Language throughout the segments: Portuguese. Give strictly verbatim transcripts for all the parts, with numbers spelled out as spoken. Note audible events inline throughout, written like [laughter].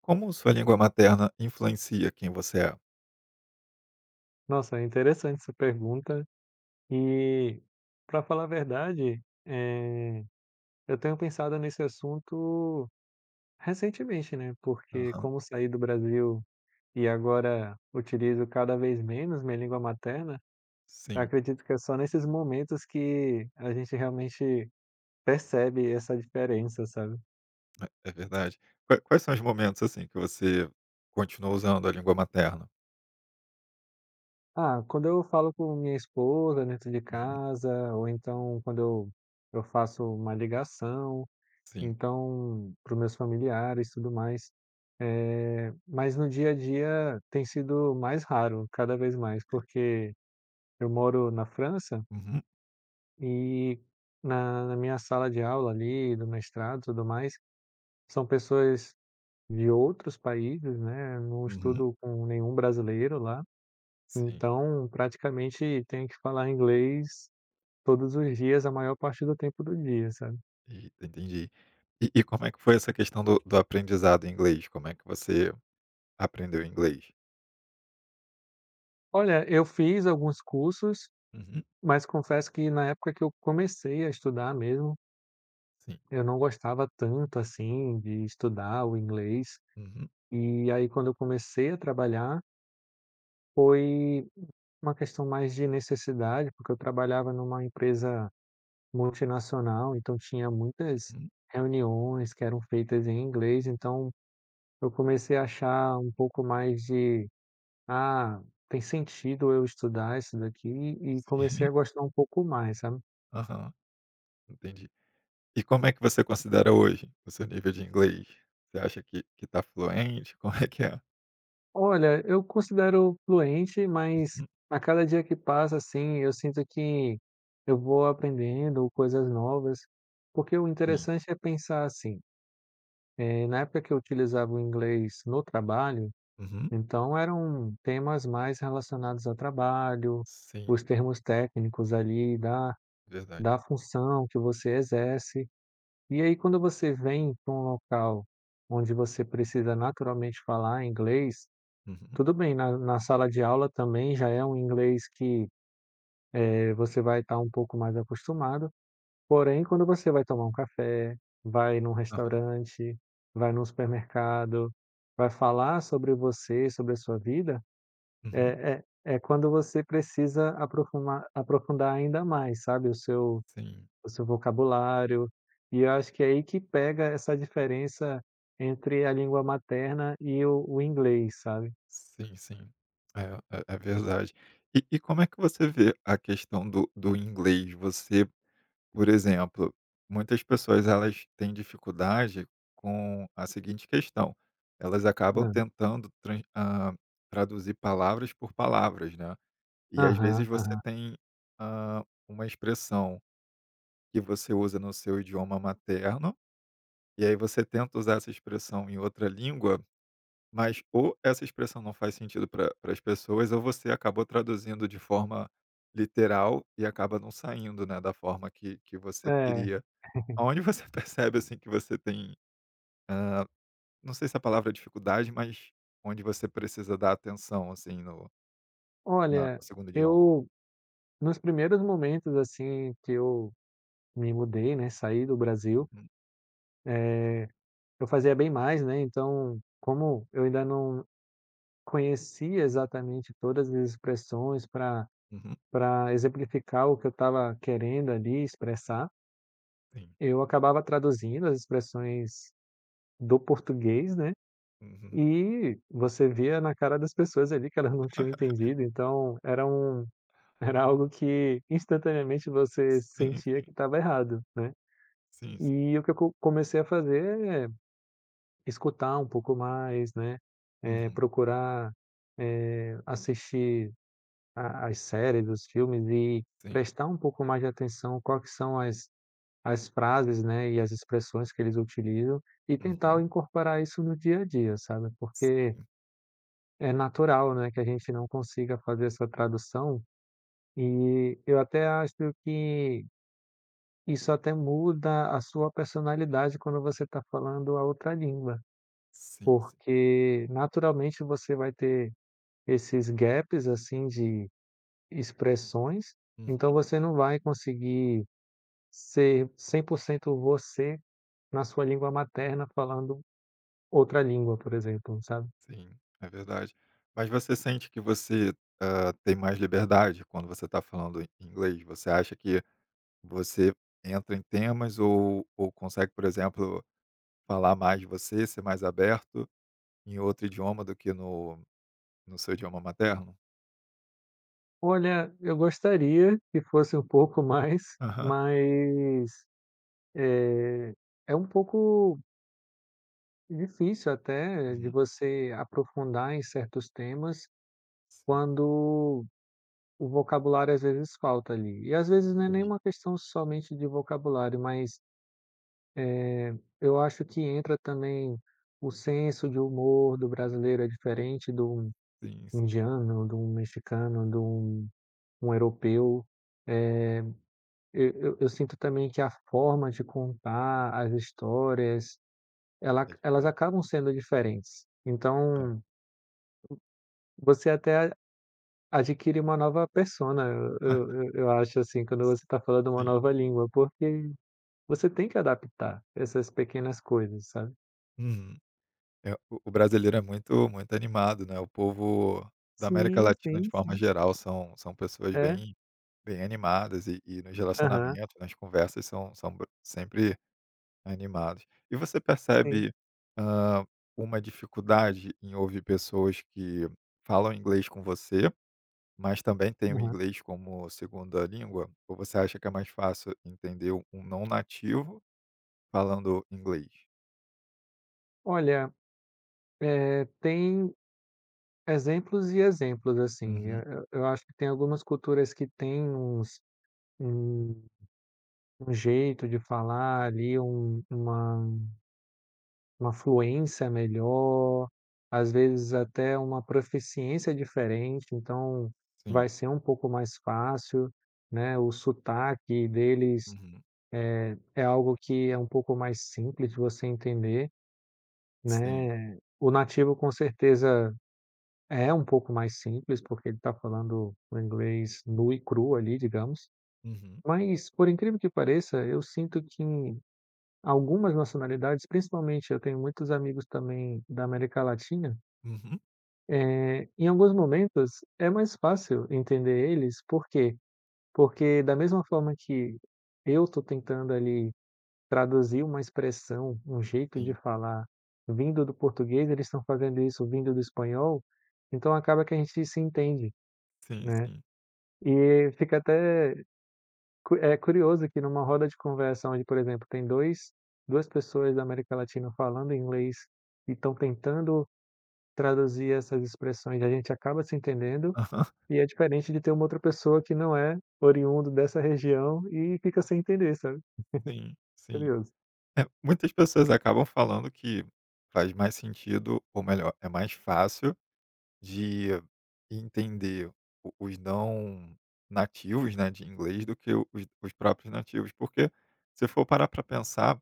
Como sua língua materna influencia quem você é? Nossa, é interessante essa pergunta. E, para falar a verdade, eh, eu tenho pensado nesse assunto recentemente, né, porque Aham. como saí do Brasil e agora utilizo cada vez menos minha língua materna, eu Sim, acredito que é só nesses momentos que a gente realmente percebe essa diferença, sabe. é é verdade. Qua quais são os momentos, assim, que você continua usando a língua materna? Ah, quando eu falo com minha esposa dentro de Uhum. casa, ou então quando eu eu faço uma ligação. Sim. Então, para os meus familiares, e tudo mais. Eh, mas no dia a dia tem sido mais raro, cada vez mais, porque eu moro na França Uhum, e na, na minha sala de aula ali, do mestrado, e tudo mais, são pessoas de outros países, né? Eu não uhum. estudo com nenhum brasileiro lá, Sim. então praticamente tenho que falar inglês todos os dias, a maior parte do tempo do dia, sabe? Eita, entendi. E e como é que foi essa questão do do aprendizado em inglês? Como é que você aprendeu inglês? Olha, eu fiz alguns cursos, Uhum. mas confesso que na época que eu comecei a estudar mesmo, Sim. eu não gostava tanto, assim, de estudar o inglês. Uhum, E aí quando eu comecei a trabalhar, foi uma questão mais de necessidade, porque eu trabalhava numa empresa multinacional, então tinha muitas uhum. reuniões que eram feitas em inglês, então eu comecei a achar um pouco mais de: "Ah, tem sentido eu estudar isso daqui", e comecei Sim. a [laughs] gostar um pouco mais, sabe? Aham, entendi. E como é que você considera hoje o seu nível de inglês? Você acha que que tá fluente? Como é que é? Olha, eu considero fluente, mas Uhum. a cada dia que passa, assim, eu sinto que eu vou aprendendo coisas novas, porque o Sim. interessante é pensar assim, eh, na época que eu utilizava o inglês no trabalho, Uhum. então eram temas mais relacionados ao trabalho, Sim, os termos técnicos ali da, verdade. da função que você exerce. E aí, quando você vem para um local onde você precisa naturalmente falar inglês, Uhum. tudo bem, na na sala de aula também já é um inglês que, eh, você vai estar um pouco mais acostumado, porém quando você vai tomar um café, vai num Aham. restaurante, vai num supermercado, vai falar sobre você, sobre a sua vida, é Uhum. é é quando você precisa aprofumar aprofundar ainda mais, sabe, o seu Sim, o seu vocabulário, e eu acho que é aí que pega essa diferença entre a língua materna e o o inglês, sabe. sim, sim. É, é, é verdade. E, e como é que você vê a questão do, do inglês? Você, por exemplo, muitas pessoas elas têm dificuldade com a seguinte questão. Elas acabam Ah, tentando tran- ah, traduzir palavras por palavras, né? E às aham, vezes você aham. tem ah, uma expressão que você usa no seu idioma materno. E aí você tenta usar essa expressão em outra língua, mas ou essa expressão não faz sentido para as pessoas, ou você acabou traduzindo de forma literal e acaba não saindo, né, da forma que que você É. queria. Onde você [laughs] percebe, assim, que você tem, não sei se a palavra é dificuldade, mas onde você precisa dar atenção, assim, no na no Olha, segundo idioma? eu nos primeiros momentos, assim, que eu me mudei, né, saí do Brasil, Uhum, eh, eu fazia bem mais, né, então, como eu ainda não conhecia exatamente todas as expressões para uhum, para exemplificar o que eu estava querendo ali expressar, sim. eu acabava traduzindo as expressões do português, né, Uhum. e você via na cara das pessoas ali que elas não tinham entendido, então era um era algo que instantaneamente você Sim, sentia sim. que estava errado, né. Sim, sim. E o que eu co comecei a fazer é escutar um pouco mais, né, eh, Uhum, procurar, eh, assistir a as séries, os filmes e sim. prestar um pouco mais de atenção quais que são as as frases, né, e as expressões que eles utilizam e tentar Uhum. incorporar isso no dia a dia, sabe. Porque Sim, é natural, né, que a gente não consiga fazer essa tradução e eu até acho que isso até muda a sua personalidade quando você está falando a outra língua, sim, sim. porque naturalmente você vai ter esses gaps, assim, de expressões, Uhum. então você não vai conseguir ser cem por cento você na sua língua materna falando outra língua, por exemplo, sabe. Sim, é verdade. Mas você sente que você, hã, tem mais liberdade quando você está falando em inglês? Você acha que você entra em temas ou ou consegue, por exemplo, falar mais de você, ser mais aberto em outro idioma do que no no seu idioma materno? Olha, eu gostaria que fosse um pouco [laughs] mais, Aham. mas, eh, é um pouco difícil até de Uhum. você aprofundar em certos temas Sim, quando o vocabulário às vezes falta ali. E às vezes não é nem entendi. uma questão somente de vocabulário, mas eu acho que entra também o senso de humor do brasileiro é diferente do Sim, sim, indiano, do mexicano, do um, um europeu. Eu, eu, eu sinto também que a forma de contar as histórias, ela, é elas diferente. acabam sendo diferentes. É. Então, você até adquire uma nova persona, eu [laughs] eu eu eu acho, assim, quando você está falando uma Sim. nova língua, porque você tem que adaptar essas pequenas coisas, sabe. Uhum. É, o o brasileiro é muito muito animado, né, o povo da América Sim, Latina, de sim, forma sim. geral, são são pessoas É. bem. Bem animadas e e nos Aham. relacionamentos, nas conversas são são br sempre animados. E você Sim. percebe, hã, uma dificuldade em ouvir pessoas que falam inglês com você, mas também têm o Aham. inglês como segunda língua? Ou você acha que é mais fácil entender um um não nativo falando inglês? Olha, eh, tem exemplos e exemplos, assim, eu Uhum, eu eu acho que tem algumas culturas que têm uns um um jeito de falar ali, um uma Uma fluência melhor, às vezes até uma proficiência diferente, então sim. vai ser um pouco mais fácil, né, o sotaque deles Uhum, é algo que é um pouco mais simples de você entender, sim. né. O nativo com certeza é um pouco mais simples, porque ele está falando o inglês nu e cru ali, digamos. Uhum, Mas, por incrível que pareça, eu sinto que em algumas nacionalidades, principalmente eu tenho muitos amigos também da América Latina. uhum, Eh, em alguns momentos é mais fácil entender eles, por quê? Porque da mesma forma que eu estou tentando ali traduzir uma expressão, um jeito de sim, falar vindo do português, eles estão fazendo isso vindo do espanhol, então acaba que a gente se entende, sim, né. sim. E fica até cu é curioso que numa roda de conversa onde, por exemplo, tem dois duas pessoas da América Latina falando inglês e estão tentando traduzir essas expressões, a gente acaba se entendendo. Aham, E é diferente de ter uma outra pessoa que não é oriundo dessa região e fica sem entender, sabe. sim, sim. Curioso. É, muitas pessoas acabam falando que faz mais sentido, ou melhor, é mais fácil de entender o- os não nativos, né, de inglês do que o- os, os próprios nativos, porque se for parar para pensar,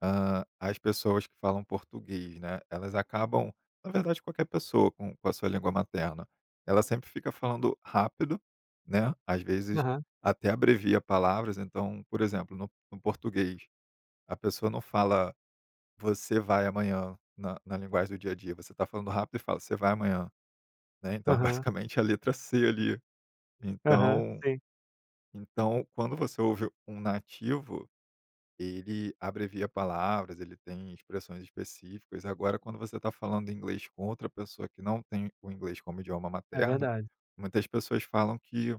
ah, as pessoas que falam português, né, elas acabam, na verdade, qualquer pessoa com, com a sua língua materna, ela sempre fica falando rápido, né, às vezes Aham, até abrevia palavras, então, por exemplo, no no português, a pessoa não fala você vai amanhã, na na linguagem do dia a dia, você tá falando rápido e fala: "Você vai amanhã", né, então é [laughs] aham, basicamente a letra C ali. aham, Então sim, então quando você ouve um nativo, ele abrevia palavras, ele tem expressões específicas. Agora quando você está falando inglês com outra pessoa que não tem o inglês como idioma é materno, verdade. muitas pessoas falam que,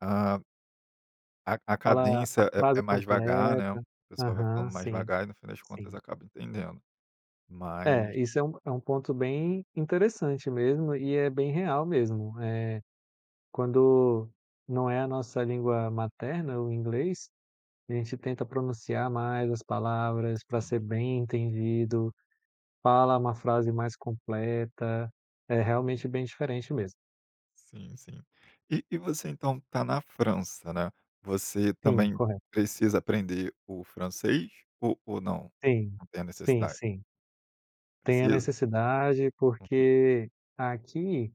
ah, a a Fala a cadência é é frase mais vagar, né, a completa. pessoa vai Aham, falando mais sim, vagar e no fim das contas sim. acaba entendendo. Mas É, isso é um é um ponto bem interessante mesmo e é bem real mesmo. É quando não é a nossa língua materna, o inglês, a gente tenta pronunciar mais as palavras para sim. ser bem entendido, fala uma frase mais completa, é realmente bem diferente mesmo. Sim, sim. E e você então tá na França, né. Você Sim, também correto. precisa aprender o francês ou ou não? Sim, Não tem a sim, necessidade? sim. Tem a Precisa? necessidade, Uhum. porque aqui,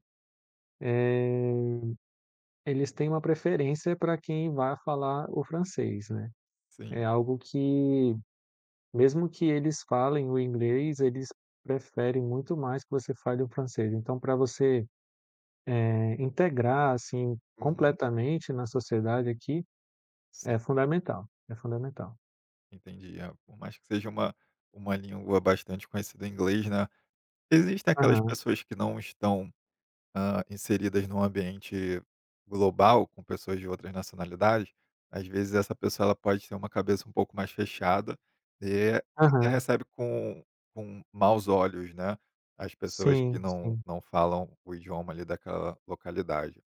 eh, eles têm uma preferência para quem vai falar o francês, né. É Sim. algo que, mesmo que eles falem o inglês, eles preferem muito mais que você fale o francês. Então para você, eh, integrar, assim, Uhum. completamente na sociedade aqui, é Sim, fundamental, é fundamental. entendi. É, por mais que seja uma uma língua bastante conhecida, em inglês, né, existem aquelas Aham, pessoas que não estão, hã, inseridas num ambiente global, com pessoas de outras nacionalidades, às vezes essa pessoa ela pode ter uma cabeça um pouco mais fechada e até aham. recebe com com maus olhos, né, as pessoas que Sim, não sim. não falam o idioma ali daquela localidade,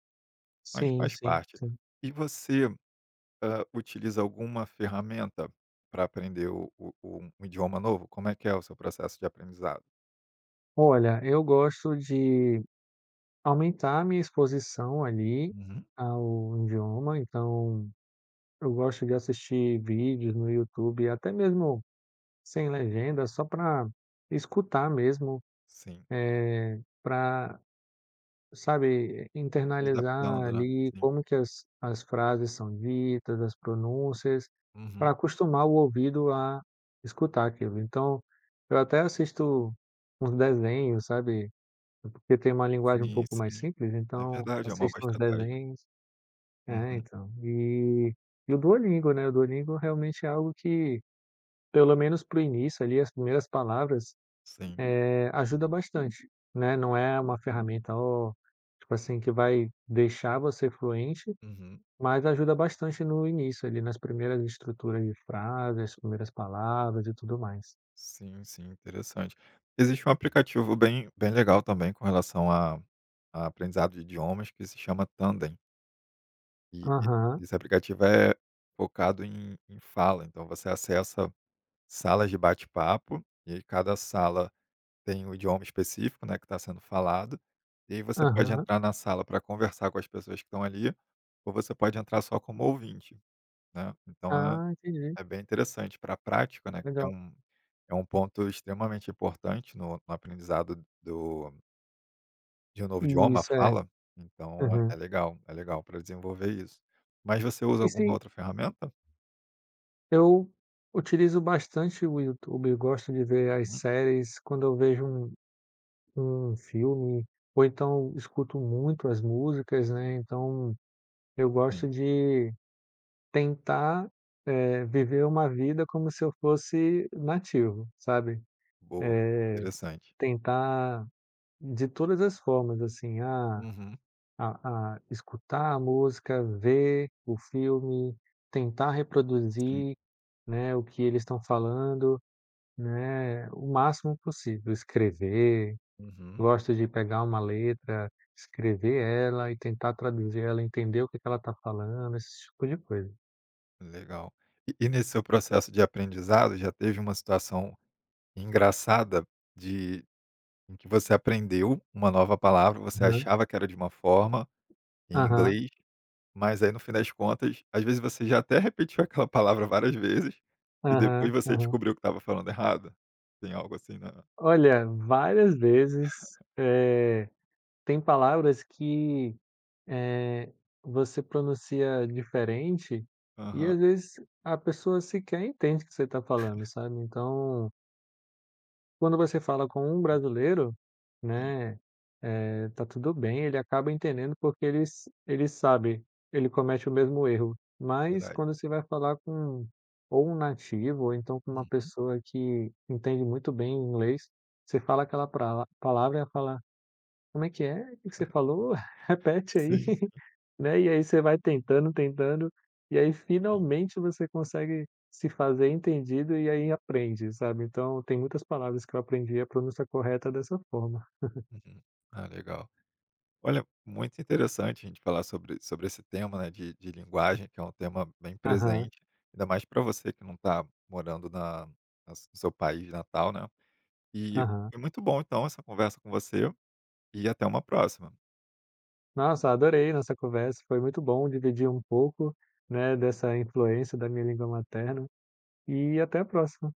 mas Sim, faz sim, parte. sim. E você, hã, utiliza alguma ferramenta para aprender o o o um idioma novo? Como é que é o seu processo de aprendizado? Olha, eu gosto de aumentar a minha exposição ali Uhum. ao idioma, então eu gosto de assistir vídeos no YouTube, até mesmo sem legenda, só para escutar mesmo, Sim, para sabe, e internalizar adaptando, né. ali Sim. como que as as frases são ditas, as pronúncias, Uhum. para acostumar o ouvido a escutar aquilo. Então, eu até assisto uns desenhos, sabe, porque tem uma linguagem um Sim, pouco mais sim. simples, É então verdade, é uma boa assisto uns estratégia. desenhos é, Uhum, então. E e o Duolingo, né, o Duolingo realmente é algo que, pelo menos para o início ali, as primeiras palavras sim. é, ajuda bastante, né, não é uma ferramenta, oh, tipo assim, que vai deixar você fluente, Uhum. mas ajuda bastante no início ali, nas primeiras estruturas de frase, as primeiras palavras e tudo mais. Sim, sim, interessante. Existe um aplicativo bem bem legal também com relação a a aprendizado de idiomas que se chama Tandem, e e Aham, esse aplicativo é focado em em fala, então você acessa salas de bate-papo, e aí cada sala tem um idioma específico, né, que está sendo falado, e aí você pode aham. entrar na sala para conversar com as pessoas que estão ali, ou você pode entrar só como ouvinte, né, então é. Ah, entendi, É bem interessante para a prática, né, que é legal. um é um ponto extremamente importante no no aprendizado do de um novo idioma, a Isso, é. fala, então é Aham. é legal, é legal para desenvolver isso. Mas você usa E se alguma outra ferramenta? eu utilizo bastante o YouTube, eu gosto de ver as Hum, séries, quando eu vejo um um filme, ou então escuto muito as músicas, né, então eu sim, gosto de tentar, eh, viver uma vida como se eu fosse nativo, sabe. boa, Eh, interessante. Tentar de todas as formas, assim, a Uhum, a a escutar a música, ver o filme, tentar sim, reproduzir, né, o que eles estão falando, né, o máximo possível. Escrever, uhum, gosto de pegar uma letra, escrever ela e tentar traduzir ela, entender o que que ela está falando, esse tipo de coisa. legal. E e nesse seu processo de aprendizado, já teve uma situação engraçada de em que você aprendeu uma nova palavra, você Aham. achava que era de uma forma em Aham. inglês. Mas aí, no fim das contas, às vezes você já até repetiu [laughs] aquela palavra várias vezes e depois Aham, você aham. descobriu que estava falando errado. Tem algo assim, né? Olha, várias vezes, eh, tem palavras que, eh, você pronuncia diferente e, Aham. às vezes, a pessoa sequer entende o que você está falando, sabe. Então quando você fala com um brasileiro, Sim, né, eh, tá tudo bem, ele acaba entendendo porque ele s ele sabe, ele comete o mesmo erro. Mas verdade. quando você vai falar com ou um nativo ou então com uma Uhum. pessoa que entende muito bem inglês, você fala aquela prala palavra e ela fala como é que é? O que que você falou? [laughs] Repete aí, Sim, [laughs] né, e aí você vai tentando, tentando, e aí sim. finalmente você consegue se fazer entendido e aí aprende, sabe. Então tem muitas palavras que eu aprendi a pronúncia correta dessa forma. Uhum. Ah, legal. Olha, muito interessante a gente falar sobre, sobre esse tema, né, de, de linguagem, que é um tema bem Aham, presente, ainda mais para você que não está morando na, na s- no seu país natal, né? E aham. foi muito bom, então, essa conversa com você e até uma próxima. Nossa, adorei nossa conversa, foi muito bom dividir um pouco, né, dessa influência da minha língua materna, e até a próxima.